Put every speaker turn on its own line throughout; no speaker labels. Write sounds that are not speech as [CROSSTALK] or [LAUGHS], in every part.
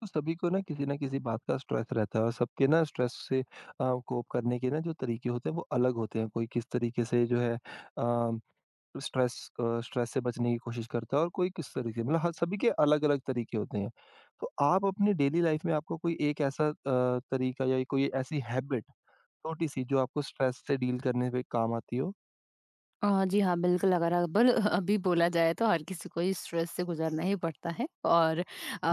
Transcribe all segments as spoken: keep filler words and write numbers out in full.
तो सभी को ना किसी न किसी बात का स्ट्रेस रहता है और सबके ना स्ट्रेस से अ, कोप करने के ना जो तरीके होते हैं वो अलग होते हैं। कोई किस तरीके से जो है अ, स्ट्रेस अ, स्ट्रेस से बचने की कोशिश करता है और कोई किस तरीके मतलब हर सभी के अलग-अलग तरीके होते हैं। तो आप अपनी डेली लाइफ में आपको कोई एक ऐसा अ, तरीका या कोई ऐसी हैबिट छोटी-सी जो आपको स्ट्रेस से डील करने पे काम आती हो?
अ, जी हाँ, बिल्कुल अगर अबल [LAUGHS] अभी बोला जाए तो हर किसी को इस स्ट्रेस से गुज़रना ही पड़ता है और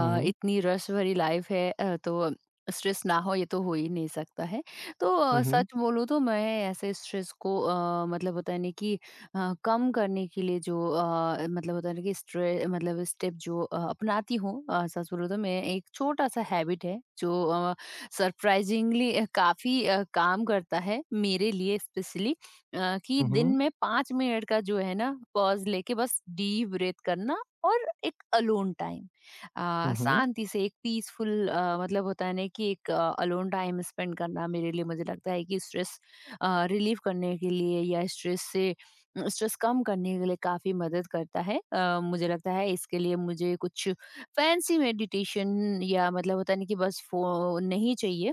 हुँ, हुँ।
इतनी रश भरी लाइफ़ है अ, तो स्ट्रेस ना हो ये तो हो ही नहीं सकता है। तो अ,
हुँ, हुँ।
सच बोलूँ तो मैं ऐसे स्ट्रेस को अ, मतलब होता है ना कि अ, कम करने के लिए जो अ, मतलब होता है ना कि स्ट्रे मतलब स्टेप जो अ, अपनाती हूँ अ, सच बोलूँ तो मैं एक छोटा-सा हैबिट है जो अ, सरप्राइज़िंगली काफ़ी अ, काम करता है मेरे लिए स्पेशली। अ, कि
हुँ,
दिन
हुँ।
में पाँच मिनट का जो है ना पॉज़ लेके बस डीप ब्रीथ करना और एक अलोन टाइम अ,
हुँ, हुँ।
शांति से एक पीसफुल अ, मतलब होता है ना कि एक अ, अलोन टाइम स्पेंड करना मेरे लिए मुझे लगता है कि स्ट्रेस अ, रिलीव करने के लिए या स्ट्रेस से स्ट्रेस कम करने के लिए काफ़ी मदद करता है। अ, मुझे लगता है इसके लिए मुझे कुछ फैंसी मेडिटेशन या मतलब होता है ना कि बस फ़ोन नहीं चाहिए।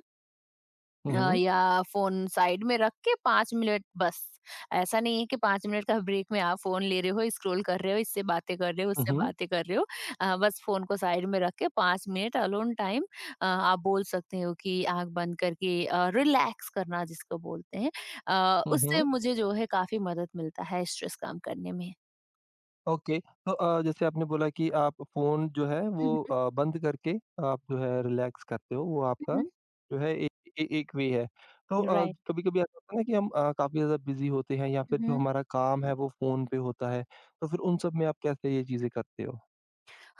हुँ,
अ,
हुँ।
या फोन साइड में रख के पाँच मिनट बस। ऐसा नहीं है कि पाँच मिनट का ब्रेक में आप फोन ले रहे हो, स्क्रॉल कर रहे हो, इससे बातें कर रहे हो,
हुँ,
उससे
हुँ।
बातें कर रहे हो। अ, बस फोन को साइड में रख के पाँच मिनट अलोन टाइम अ, आप बोल सकते हो कि आँख बंद करके अ, रिलैक्स करना जिसको बोलते हैं। अ,
हुँ,
उससे
हुँ।
मुझे जो है काफ़ी मदद मिलता है स्ट्रेस कम करने में।
ओके। तो अ, जैसे आपने बोला कि आप फ़ोन जो है
हुँ,
वो
हुँ।
अ, बंद करके आप जो है रिलैक्स करते हो, वो
हुँ,
आपका
हुँ।
जो है ए ए एक वे है। तो अ,
राइट।
कभी-कभी ऐसा होता है ना कि हम अ, काफ़ी ज़्यादा बिज़ी होते हैं या फिर जो
हुँ।
हमारा काम है वो फ़ोन पे होता है, तो फिर उन सब में आप कैसे ये चीज़ें करते हो?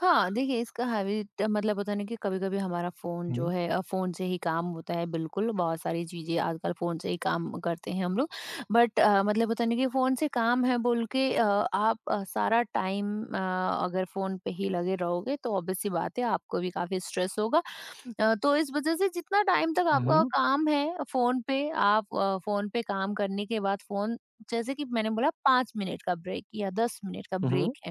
हाँ, देखिए इसका हैबिट मतलब होता है ना कि कभी-कभी हमारा फ़ोन जो
हुँ,
है अ, फ़ोन से ही काम होता है बिल्कुल, बहुत सारी चीज़ें आजकल फ़ोन से ही काम करते हैं हम लोग। बट अ, मतलब होता है ना कि फ़ोन से काम है बोल के अ, आप अ, सारा टाइम अ, अगर फ़ोन पे ही लगे रहोगे तो ऑब्वियस सी बात है आपको भी काफ़ी स्ट्रेस होगा। अ, तो इस वज़ह से जितना टाइम तक
हुँ,
आपका
हुँ,
काम है फ़ोन पे, आप अ, फ़ोन पे काम करने के बाद फ़ोन जैसे कि मैंने बोला पाँच मिनट का ब्रेक या दस मिनट का ब्रेक
हुँ,
है।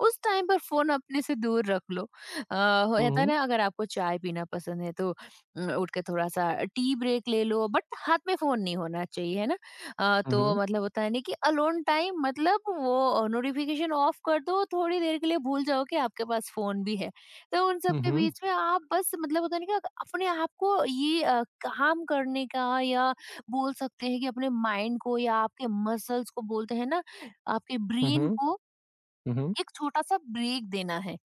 उस टाइम पर फ़ोन अपने से दूर रख लो। अ,
हुँ,
होता है ना
हुँ,
अगर आपको चाय पीना पसंद है तो उम, उठ के थोड़ा-सा टी ब्रेक ले लो बट हाथ में फ़ोन नहीं होना चाहिए, है ना? अ, तो
हुँ,
मतलब होता है ना कि अलोन टाइम मतलब वो नोटिफ़िकेशन ऑफ कर दो, थोड़ी देर के लिए भूल जाओ कि आपके पास फ़ोन भी है। तो उन सब के
हुँ,
बीच में आप बस मतलब होता है ना कि अपने आप को ये अ, काम करने का या बोल सकते हैं कि अपने माइंड को या आपके मसल्स को बोलते हैं ना, आपके
हुँ,
ब्रेन
हुँ,
को
हुँ,
एक छोटा-सा ब्रेक देना है।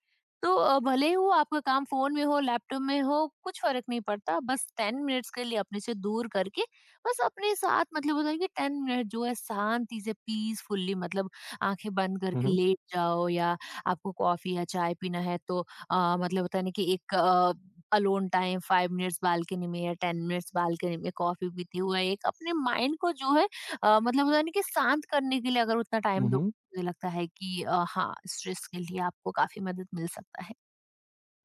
तो अ, भले ही वो आपका काम फ़ोन में हो, लैपटॉप में हो, कुछ फ़र्क नहीं पड़ता। बस दस मिनट्स के लिए अपने से दूर करके बस अपने साथ मतलब होता है कि दस मिनट जो है शांति से पीसफुली मतलब आँखें बंद करके
हुँ,
लेट जाओ या आपको कॉफ़ी या चाय पीना है तो अ, मतलब होता है ना कि एक अ, अलोन टाइम पाँच मिनट्स बालकनी में या दस मिनट्स बालकनी में कॉफ़ी पीते हुए एक अपने माइंड को जो है अ, मतलब होता है ना कि शांत करने के लिए अगर उतना टाइम
हुँ।
मुझे लगता है कि अ, हाँ, स्ट्रेस के लिए आपको काफ़ी मदद मिल सकता है।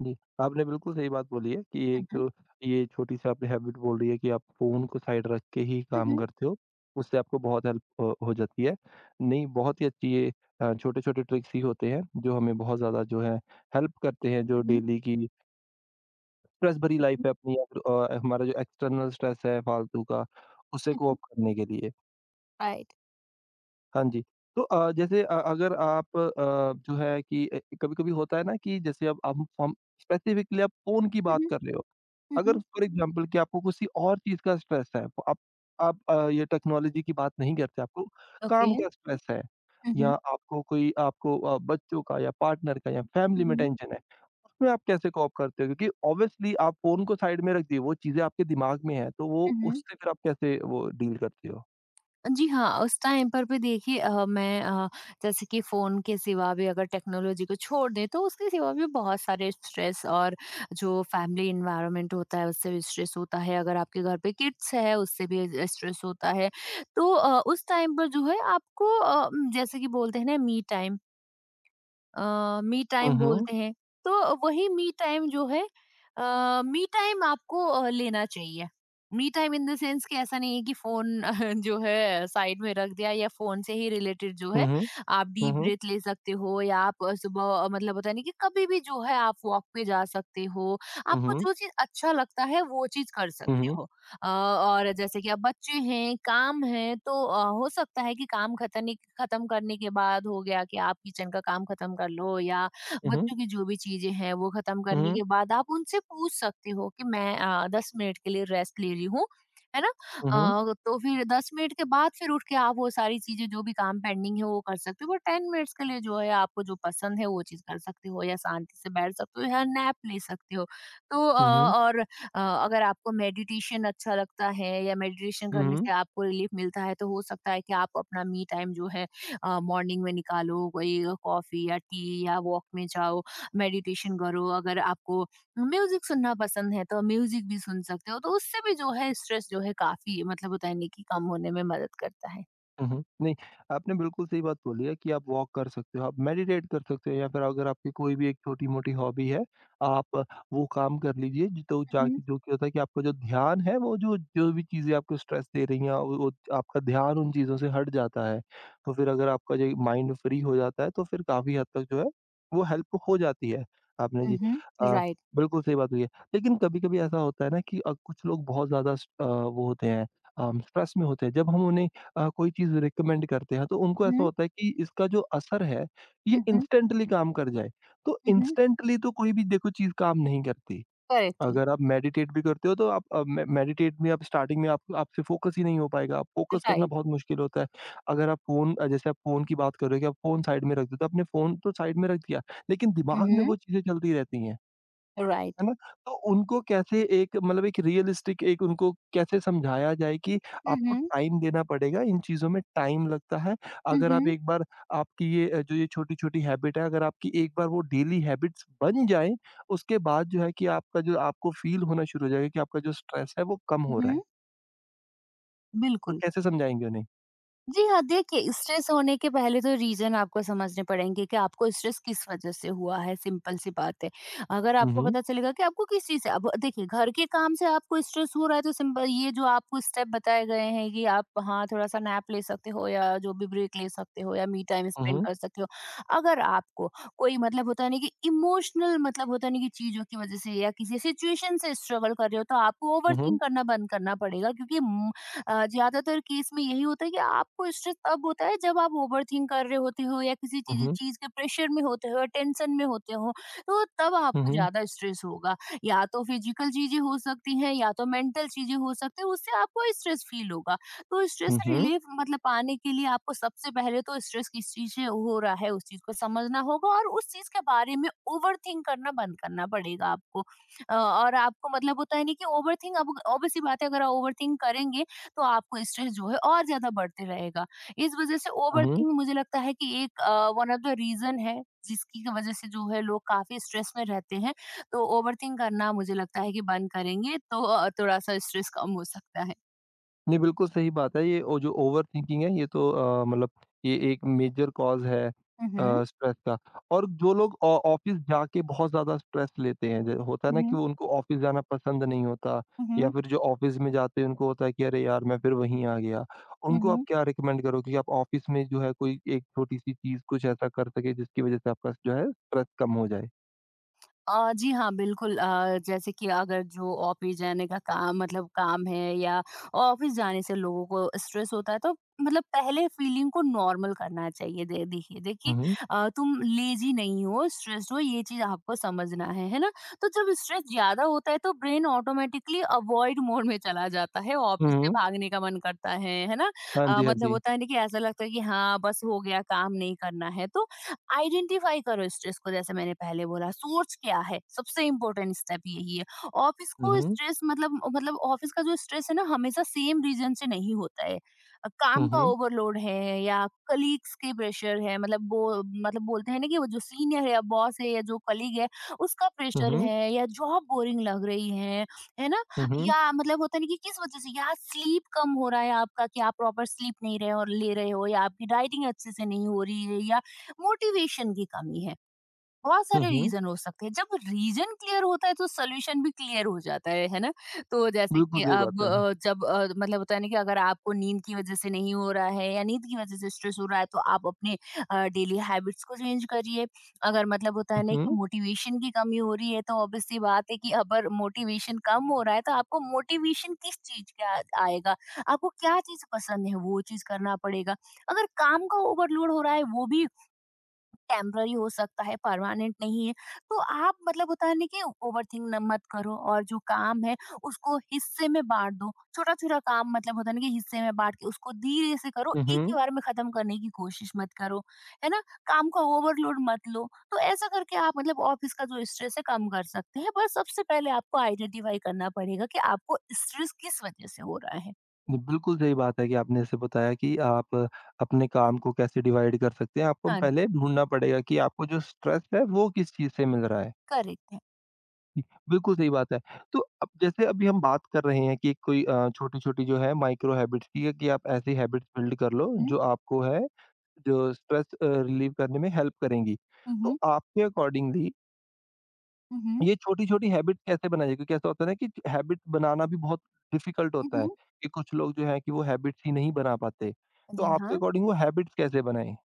जी, आपने बिल्कुल सही बात बोली है कि एक
Mhm,
तो ये छोटी-सी आपने हैबिट बोल रही है कि आप फ़ोन को साइड रख के ही काम
mhm,
करते हो, उससे आपको बहुत हेल्प अ, हो जाती है। नहीं, बहुत ही अच्छी ये अ, छोटे-छोटे ट्रिक्स ही होते हैं जो हमें बहुत ज़्यादा जो है हेल्प करते हैं, जो
mhm,
डेली की स्ट्रेस भरी लाइफ़
mhm,
है अपनी या फिर अ, हमारा जो एक्सटर्नल स्ट्रेस है फालतू का, उससे
mhm,
कोप करने के लिए।
राइट।
हाँ जी, तो अ, जैसे अ, अगर आप अ, जो है कि अ, कभी-कभी होता है ना कि जैसे अब हम हम स्पेसिफिकली आप फ़ोन की बात
Mhm,
कर रहे हो। अगर
mhm,
फॉर एग्ज़ाम्पल कि आपको किसी और चीज़ का स्ट्रेस है, तो आप आप अ, ये टेक्नोलॉजी की बात नहीं करते, आपको
ओके।
काम का स्ट्रेस है या
Mhm,
आपको कोई आपको अ, बच्चों का या पार्टनर का या फैमिली में
mhm,
टेंशन है, उसमें आप कैसे कोप करते हो? क्योंकि ऑब्वियसली आप फ़ोन को साइड में रख दिए, वो चीज़ें आपके दिमाग में है, तो वो
mhm।
उससे फिर आप कैसे वो डील करते हो?
जी हाँ, उस टाइम पर भी देखिए अ, मैं अ, जैसे कि फ़ोन के सिवा भी अगर टेक्नोलॉजी को छोड़ दें तो उसके सिवा भी बहुत सारे स्ट्रेस और जो फैमिली एनवायरनमेंट होता है उससे भी स्ट्रेस होता है, अगर आपके घर पे किड्स है उससे भी अ, स्ट्रेस होता है। तो अ, उस टाइम पर जो है आपको अ, उम, जैसे कि बोलते हैं ना मी टाइम अ, मी
हुँ,
टाइम
हुँ।
बोलते हैं। तो वही मी टाइम जो है अ, मी टाइम आपको अ, लेना चाहिए। Me time in the sense कि ऐसा नहीं है कि फ़ोन [LAUGHS] जो है साइड में रख दिया या फ़ोन से ही रिलेटेड जो है
हुँ, हुँ।
आप
हुँ,
डीप
हुँ।
ब्रीथ ले सकते हो या आप अ, सुबह अ, मतलब होता है ना कि कभी भी जो है आप वॉक पे जा सकते हो। आपको
हुँ,
जो चीज़ अच्छा लगता है वो चीज़ कर सकते
हुँ।
हो। अ, और जैसे कि अब बच्चे हैं, काम है तो अ, हो सकता है कि काम खतने खत्म करने के बाद हो गया कि आप किचन का काम खत्म कर लो या
हुँ, हुँ।
बच्चों की जो भी चीज़ें हैं वो खत्म
हुँ,
करने
हुँ।
के बाद आप उनसे पूछ सकते हो कि मैं अ, दस मिनट के लिए रेस्ट ले रही हूँ, है ना?
हुँ, हुँ।
अ, तो फिर दस मिनट के बाद फिर उठ के आप वो सारी चीज़ें जो भी काम पेंडिंग है वो कर सकते हो, बट दस मिनट्स के लिए जो है आपको जो पसंद है वो चीज़ कर सकते हो या शांति से बैठ सकते हो या नैप ले सकते हो। तो अ,
हुँ, हुँ। हुँ, हुँ।
और अ, अगर आपको मेडिटेशन अच्छा लगता है या मेडिटेशन
हुँ,
करने
हुँ।
से आपको रिलीफ मिलता है तो हो सकता है कि आप अपना मी टाइम जो है मॉर्निंग में निकालो कोई कॉफी या टी या वॉक में जाओ मेडिटेशन करो अगर आपको म्यूजिक सुनना पसंद है तो म्यूजिक भी सुन सकते हो तो उससे भी जो है स्ट्रेस जो है काफी मतलब उतरने की कम होने में मदद करता है।
हुँ, हुँ। नहीं, आपने बिल्कुल सही बात बोली है कि आप वॉक कर सकते हो, आप मेडिटेट कर सकते हो या फिर अगर आपकी कोई भी एक छोटी-मोटी हॉबी है, आप वो काम कर लीजिए ज तो
हम्म,
जाके जो क्या होता है कि आपका जो ध्यान है वो जो जो भी चीज़ें आपको स्ट्रेस दे रही हैं वो वो आपका ध्यान उन चीज़ों से हट जाता है। तो फिर अगर आपका जो माइंड फ्री हो जाता है तो फिर काफ़ी हद तक जो है, वो हेल्प हो जाती है। आपने जी
हम्म,
अ,
राइट।
बिल्कुल सही बात हुई है। लेकिन कभी-कभी ऐसा होता है ना कि अ, कुछ लोग बहुत ज़्यादा स अ, वो होते हैं अ, स्ट्रेस में होते हैं। जब हम उन्हें अ, कोई चीज़ रिकमेंड करते हैं, तो उनको ऐसा
हम्म,
होता है कि इसका जो असर है, ये
हम्म,
इंस्टेंटली काम कर जाए। तो
हम्म,
इंस्टेंटली तो कोई भी देखो चीज़ काम नहीं करती।
करेक्ट।
अगर आप मेडिटेट भी करते हो तो आप अ, मे मेडिटेट में आप स्टार्टिंग में आप आपसे फ़ोकस ही नहीं हो पाएगा, आप फ़ोकस करना
राइट।
बहुत मुश्किल होता है। अगर आप फ़ोन अ, जैसे आप फ़ोन की बात कर रहे हो कि आप फ़ोन साइड में रख दो, तो आपने फ़ोन तो साइड में रख दिया, लेकिन दिमाग में
हम्म,
वो चीज़ें चलती रहती हैं।
राइट।
है ना? तो उनको कैसे एक मतलब एक रियलिस्टिक एक उनको कैसे समझाया जाए कि आपको
हम्म,
टाइम देना पड़ेगा, इन चीज़ों में टाइम लगता है। अगर आप
हम्म,
एक बार आपकी ये अ, जो ये छोटी-छोटी हैबिट है, अगर आपकी एक बार वो डेली हैबिट्स बन जाएँ, उसके बाद जो है कि आपका जो आपको फ़ील होना शुरू हो जाएगा कि आपका जो स्ट्रेस है वो कम हो रहा
हम्म,
है। तो
बिल्कुल।
कैसे समझाएँगे उन्हें?
जी हाँ, देखिए स्ट्रेस होने के पहले तो रीज़न आपको समझने पड़ेंगे कि आपको स्ट्रेस किस वज़ह से हुआ है, सिंपल सी बात है। अगर
हुँ,
आपको
हुँ।
पता चलेगा कि आपको किस चीज़ से अब देखिए घर के काम से आपको स्ट्रेस हो रहा है तो सिंपल ये जो आपको स्टेप बताए गए हैं कि आप हाँ, थोड़ा-सा नैप ले सकते हो या जो भी ब्रेक ले सकते हो या मी टाइम
हुँ,
स्पेंड
हुँ।
कर सकते हो। अगर आपको कोई मतलब होता है ना कि इमोशनल मतलब होता है ना कि चीज़ों की वज़ह से या किसी सिचुएशन से स्ट्रगल कर रहे हो तो आपको
हुँ, हुँ।
ओवरथिंक करना बंद करना पड़ेगा क्योंकि अ, ज़्यादातर केस में यही होता है कि आपको स्ट्रेस तब होता है जब आप ओवरथिंक कर रहे होते हो या किसी
हुँ,
चीज़
हुँ।
चीज़ के प्रेशर में होते हो टेंशन में होते हो तो तब
हुँ,
आपको
हुँ।
ज़्यादा स्ट्रेस होगा या तो फिजिकल चीज़ें हो सकती हैं या तो मेंटल चीज़ें हो सकती है उससे आपको स्ट्रेस फील होगा तो स्ट्रेस
हुँ, हुँ।
रिलीफ मतलब पाने के लिए आपको सबसे पहले तो स्ट्रेस किस चीज़ से हो रहा है उस चीज़ को समझना होगा और उस चीज़ के बारे में ओवर थिंक करना बंद करना पड़ेगा आपको। अ, और आपको मतलब होता है नहीं कि ओवर थिंक अब obvious सी बात है अगर आप ओवर थिंक करेंगे तो आपको स्ट्रेस जो है और ज़्यादा बढ़ते रहेगा। इस वज़ह से
हुँ, हुँ।
ओवरथिंक मुझे लगता है कि एक अ, वन ऑफ़ द रीज़न है जिसकी की वज़ह से जो है लोग काफ़ी स्ट्रेस में रहते हैं। तो ओवरथिंक करना मुझे लगता है कि बंद करेंगे तो अ, थोड़ा-सा स्ट्रेस कम हो सकता है।
नहीं, बिल्कुल सही बात है। ये ओ जो ओवरथिंकिंग है ये तो अ, मतलब ये एक मेजर कॉज़ है अ,
हुँ, हुँ।
स्ट्रेस का। और जो लोग ऑ ऑफ़िस जाके बहुत ज़्यादा स्ट्रेस लेते हैं, ज होता है
हुँ,
ना कि
हुँ।
वो उनको ऑफ़िस जाना पसंद नहीं होता
हुँ,
या
हुँ।
फिर जो ऑफ़िस में जाते हैं उनको होता है कि अरे यार! मैं फिर वहीं आ गया।
हुँ,
उनको आप
हुँ।
क्या रिकमेंड करोगे कि आप ऑफ़िस में जो है कोई एक छोटी-सी चीज़ कुछ ऐसा कर सकें जिसकी वज़ह से आपका जो है स्ट्रेस कम हो जाए?
अ, जी हाँ, बिल्कुल अ, जैसे कि अगर जो ऑफिस जाने का काम मतलब काम है या ऑफिस जाने से लोगों को स्ट्रेस होता है तो मतलब पहले फीलिंग को नॉर्मल करना चाहिए। दे देखिए देखिए
हुँ, हुँ।
अ, तुम लेज़ी नहीं हो, स्ट्रेस्ड हो ये चीज़ आपको समझना है, है ना? तो जब स्ट्रेस ज़्यादा होता है तो ब्रेन ऑटोमेटिकली अवॉइड मोड में चला जाता है, ऑफिस
हुँ,
से
हुँ।
भागने का मन करता है, है ना?
हाँ
अ,
जी, हाँ
मतलब
जी।
होता है ना कि ऐसा लगता है कि हाँ, बस हो गया काम नहीं करना है। तो आइडेंटिफाई करो स्ट्रेस को, जैसे मैंने पहले बोला सोर्स क्या है। सबसे इम्पोर्टेंट स्टेप यही है। ऑफिस
हुँ,
को
हुँ।
स्ट्रेस मतलब मतलब ऑफिस का जो स्ट्रेस है ना हमेशा सेम रीजन से नहीं होता है। अ, काम
हुँ,
का
हुँ।
ओवरलोड है या कलीग्स के प्रेशर है, मतलब वो मतलब बोलते हैं ना कि वो जो सीनियर है या बॉस है या जो कलीग है, उसका
हुँ,
प्रेशर
हुँ।
है, या जॉब बोरिंग लग रही है है ना?
हुँ, हुँ।
या मतलब होता नहीं कि किस वजह से, या स्लीप कम हो रहा है आपका, कि आप प्रॉपर स्लीप नहीं रहे और ले रहे हो, या आपकी राइटिंग अच्छे से नहीं हो रही है, या मोटिवेशन की कमी है। बहुत
हुँ,
सारे
हुँ।
रीजन हो सकते हैं। जब रीजन क्लियर होता है तो सोल्यूशन भी क्लियर हो जाता है है ना? तो जैसे
बिल्कुल
कि
सही
अब
बात है।
अ, जब अ, मतलब होता है ना कि अगर आपको नींद की वजह से नहीं हो रहा है, या नींद की वजह से स्ट्रेस हो रहा है, तो आप अपने डेली हैबिट्स को चेंज करिए। अगर मतलब होता है
हुँ,
ना कि
हुँ।
मोटिवेशन की कमी हो रही है, तो ऑब्वियसली बात है कि अगर मोटिवेशन कम हो रहा है तो आपको मोटिवेशन किस चीज का आ- आएगा। आपको क्या चीज पसंद है, वो चीज करना पड़ेगा। अगर काम का ओवरलोड हो रहा है, वो भी टेम्पररी हो सकता है, परमानेंट नहीं है। तो आप मतलब होता है ना कि ओवरथिंक न मत करो, और जो काम है उसको हिस्से में बाँट दो। छोटा-छोटा काम मतलब होता है ना कि हिस्से में बाँट के उसको धीरे से करो,
हुँ,
एक ही
हुँ।
बार में ख़त्म करने की कोशिश मत करो, है ना? काम का ओवरलोड मत लो। तो ऐसा करके आप मतलब ऑफ़िस का जो स्ट्रेस है कम कर सकते हैं। बस सबसे पहले आपको आइडेंटिफ़ाई करना पड़ेगा कि आपको स्ट्रेस किस वज़ह से हो रहा है।
जी, बिल्कुल सही बात है कि आपने जैसे बताया कि आप अपने काम को कैसे डिवाइड कर सकते हैं। आपको
हाँ
पहले
जी,
ढूँढना पड़ेगा कि आपको जो स्ट्रेस है वो किस चीज़ से मिल रहा है।
करेक्ट है।
जी, बिल्कुल सही बात है। तो अब जैसे अभी हम बात कर रहे हैं कि कोई अ, छोटी-छोटी जो है माइक्रो हैबिट्स की है कि आप ऐसी हैबिट्स बिल्ड कर लो
हुँ,
जो आपको है जो स्ट्रेस अ, रिलीव करने में हेल्प करेंगी।
हुँ, हुँ,
तो आपके अकॉर्डिंगली
हुँ,
ये छोटी-छोटी हैबिट कैसे बनाई जाए? क्योंकि ऐसा होता है ना कि हैबिट बनाना भी बहुत डिफ़िकल्ट
हुँ,
होता है,
हुँ।
कि कुछ लोग जो हैं कि वो हैबिट्स ही नहीं बना पाते। तो
जी
आपके
हाँ।
अकॉर्डिंग वो हैबिट्स कैसे बनाएँ?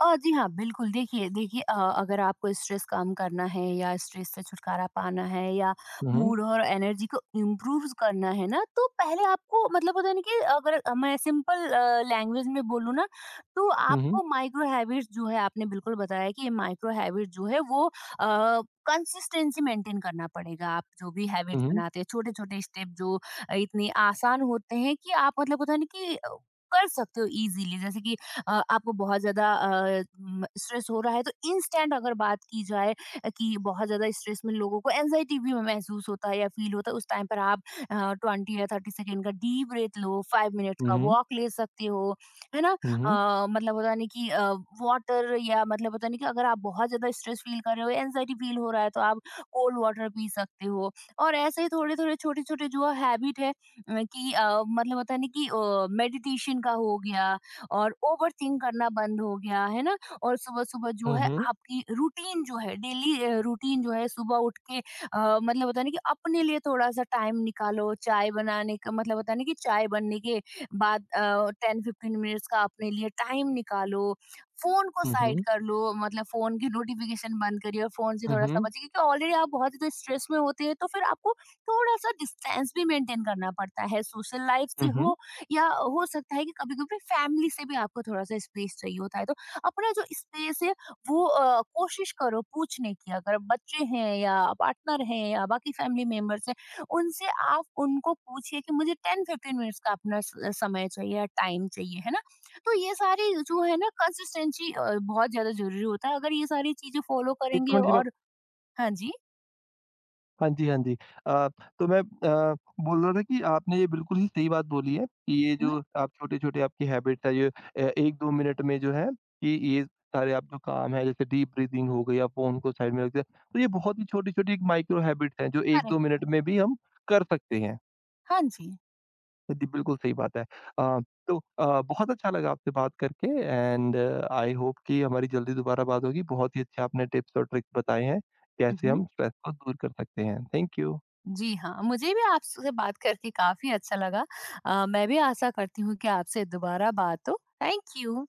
अ, जी हाँ, बिल्कुल। देखिए देखिए, अ, अगर आपको स्ट्रेस कम करना है, या स्ट्रेस से छुटकारा पाना है, या
हुँ, हुँ।
मूड और एनर्जी को इम्प्रूव करना है ना, तो पहले आपको मतलब होता है ना कि अगर अ, मैं सिंपल अ, लैंग्वेज में बोलूँ ना, तो
हुँ, हुँ।
आपको माइक्रो हैबिट्स जो है, आपने बिल्कुल बताया कि ये माइक्रो हैबिट जो है वो अ, कंसिस्टेंसी मेंटेन करना पड़ेगा। आप जो भी हैबिट्स
हुँ,
बनाते हैं, छोटे-छोटे स्टेप जो अ, इतने आसान होते हैं कि आप मतलब होता है ना कि अ, कर सकते हो ईज़िली। जैसे कि अ, आपको बहुत ज़्यादा अ, म स्ट्रेस हो रहा है, तो इंस्टेंट अगर बात की जाए, अ, कि बहुत ज़्यादा स्ट्रेस में लोगों को एंग्जायटी भी महसूस होता है या फ़ील होता है, उस टाइम पर आप अ, ट्वेंटी या थर्टी सेकंड का डीप ब्रेथ लो, फ़ाइव मिनट्स का
हुँ।
वॉक ले सकते हो, है ना?
हुँ, हुँ।
अ, मतलब पता नहीं कि अ, वाटर, या मतलब पता नहीं कि अगर आप बहुत ज़्यादा स्ट्रेस फ़ील कर रहे हो, एंग्जायटी फ़ील हो रहा है, तो आप कोल्ड वाटर पी सकते हो। और ऐसे ही थोड़े-थोड़े, छोटे-छोटे जो हैबिट है अ, कि अ, मतलब होता है ना कि अ, मेडिटेशन का हो गया, और ओवरथिंक करना बंद हो गया, है ना? और सुबह-सुबह जो
हुँ,
है
हुँ।
आपकी रूटीन जो है, डेली अ, रूटीन जो है, सुबह उठ के अ, मतलब होता है ना कि अपने लिए थोड़ा-सा टाइम निकालो, चाय बनाने का मतलब होता है ना कि चाय बनने के बाद अ, टेन फ़िफ़्टीन मिनट्स का अपने लिए टाइम निकालो। फ़ोन को
हुँ,
साइड
हुँ।
कर लो, मतलब फ़ोन की नोटिफ़िकेशन बंद करिए, और फ़ोन से
हुँ,
थोड़ा-सा
हुँ।
बचिए क्योंकि ऑलरेडी आप बहुत ज़्यादा स्ट्रेस में होते हैं, तो फिर आपको थोड़ा-सा डिस्टेंस भी मेंटेन करना पड़ता है, सोशल लाइफ से
हुँ, हुँ।
हो, या हो सकता है कि कभी-कभी फैमिली से भी आपको थोड़ा-सा स्पेस चाहिए होता है, तो अपना जो स्पेस है वो अ, कोशिश करो पूछने की। अगर बच्चे हैं या पार्टनर हैं या बाकी फैमिली मेंबर्स हैं, उनसे आप उनको पूछिए कि मुझे टेन फ़िफ़्टीन मिनट्स का अपना स समय चाहिए या टाइम चाहिए, है ना? तो ये सारी जो है ना कंसिस्टेंसी अ, बहुत ज़्यादा ज़रूरी होता है, अगर ये सारी चीज़ें फॉलो
एक
करेंगे
मिनट जी मैं
और हाँ जी।
हाँ जी, हाँ जी। अ, तो मैं अ, बोल रहा था कि आपने ये बिल्कुल ही सही बात बोली है कि ये
हुँ,
जो आप छोटे-छोटे आपकी हैबिट है ये अ, एक दो मिनट में जो है कि ये सारे आप जो काम है जैसे डीप ब्रीथिंग हो गई, आप फ़ोन को साइड में रख दिया। तो ये बहुत ही छोटी-छोटी एक माइक्रो हैबिट है जो एक दो
करेक्ट
मिनट
है।
में भी हम कर सकते हैं।
हाँ जी।
तो जी, बिल्कुल सही बात है। अ, तो अ, बहुत अच्छा लगा आपसे बात करके एंड आई होप कि हमारी जल्दी दोबारा बात होगी। बहुत ही अच्छे आपने टिप्स और ट्रिक्स बताए हैं,
हुँ,
कैसे
हुँ।
हम स्ट्रेस को दूर कर सकते हैं। Thank you.
जी हाँ, मुझे भी आपसे बात करके काफ़ी अच्छा लगा। अ, मैं भी आशा करती हूँ कि आपसे दोबारा बात हो। Thank you.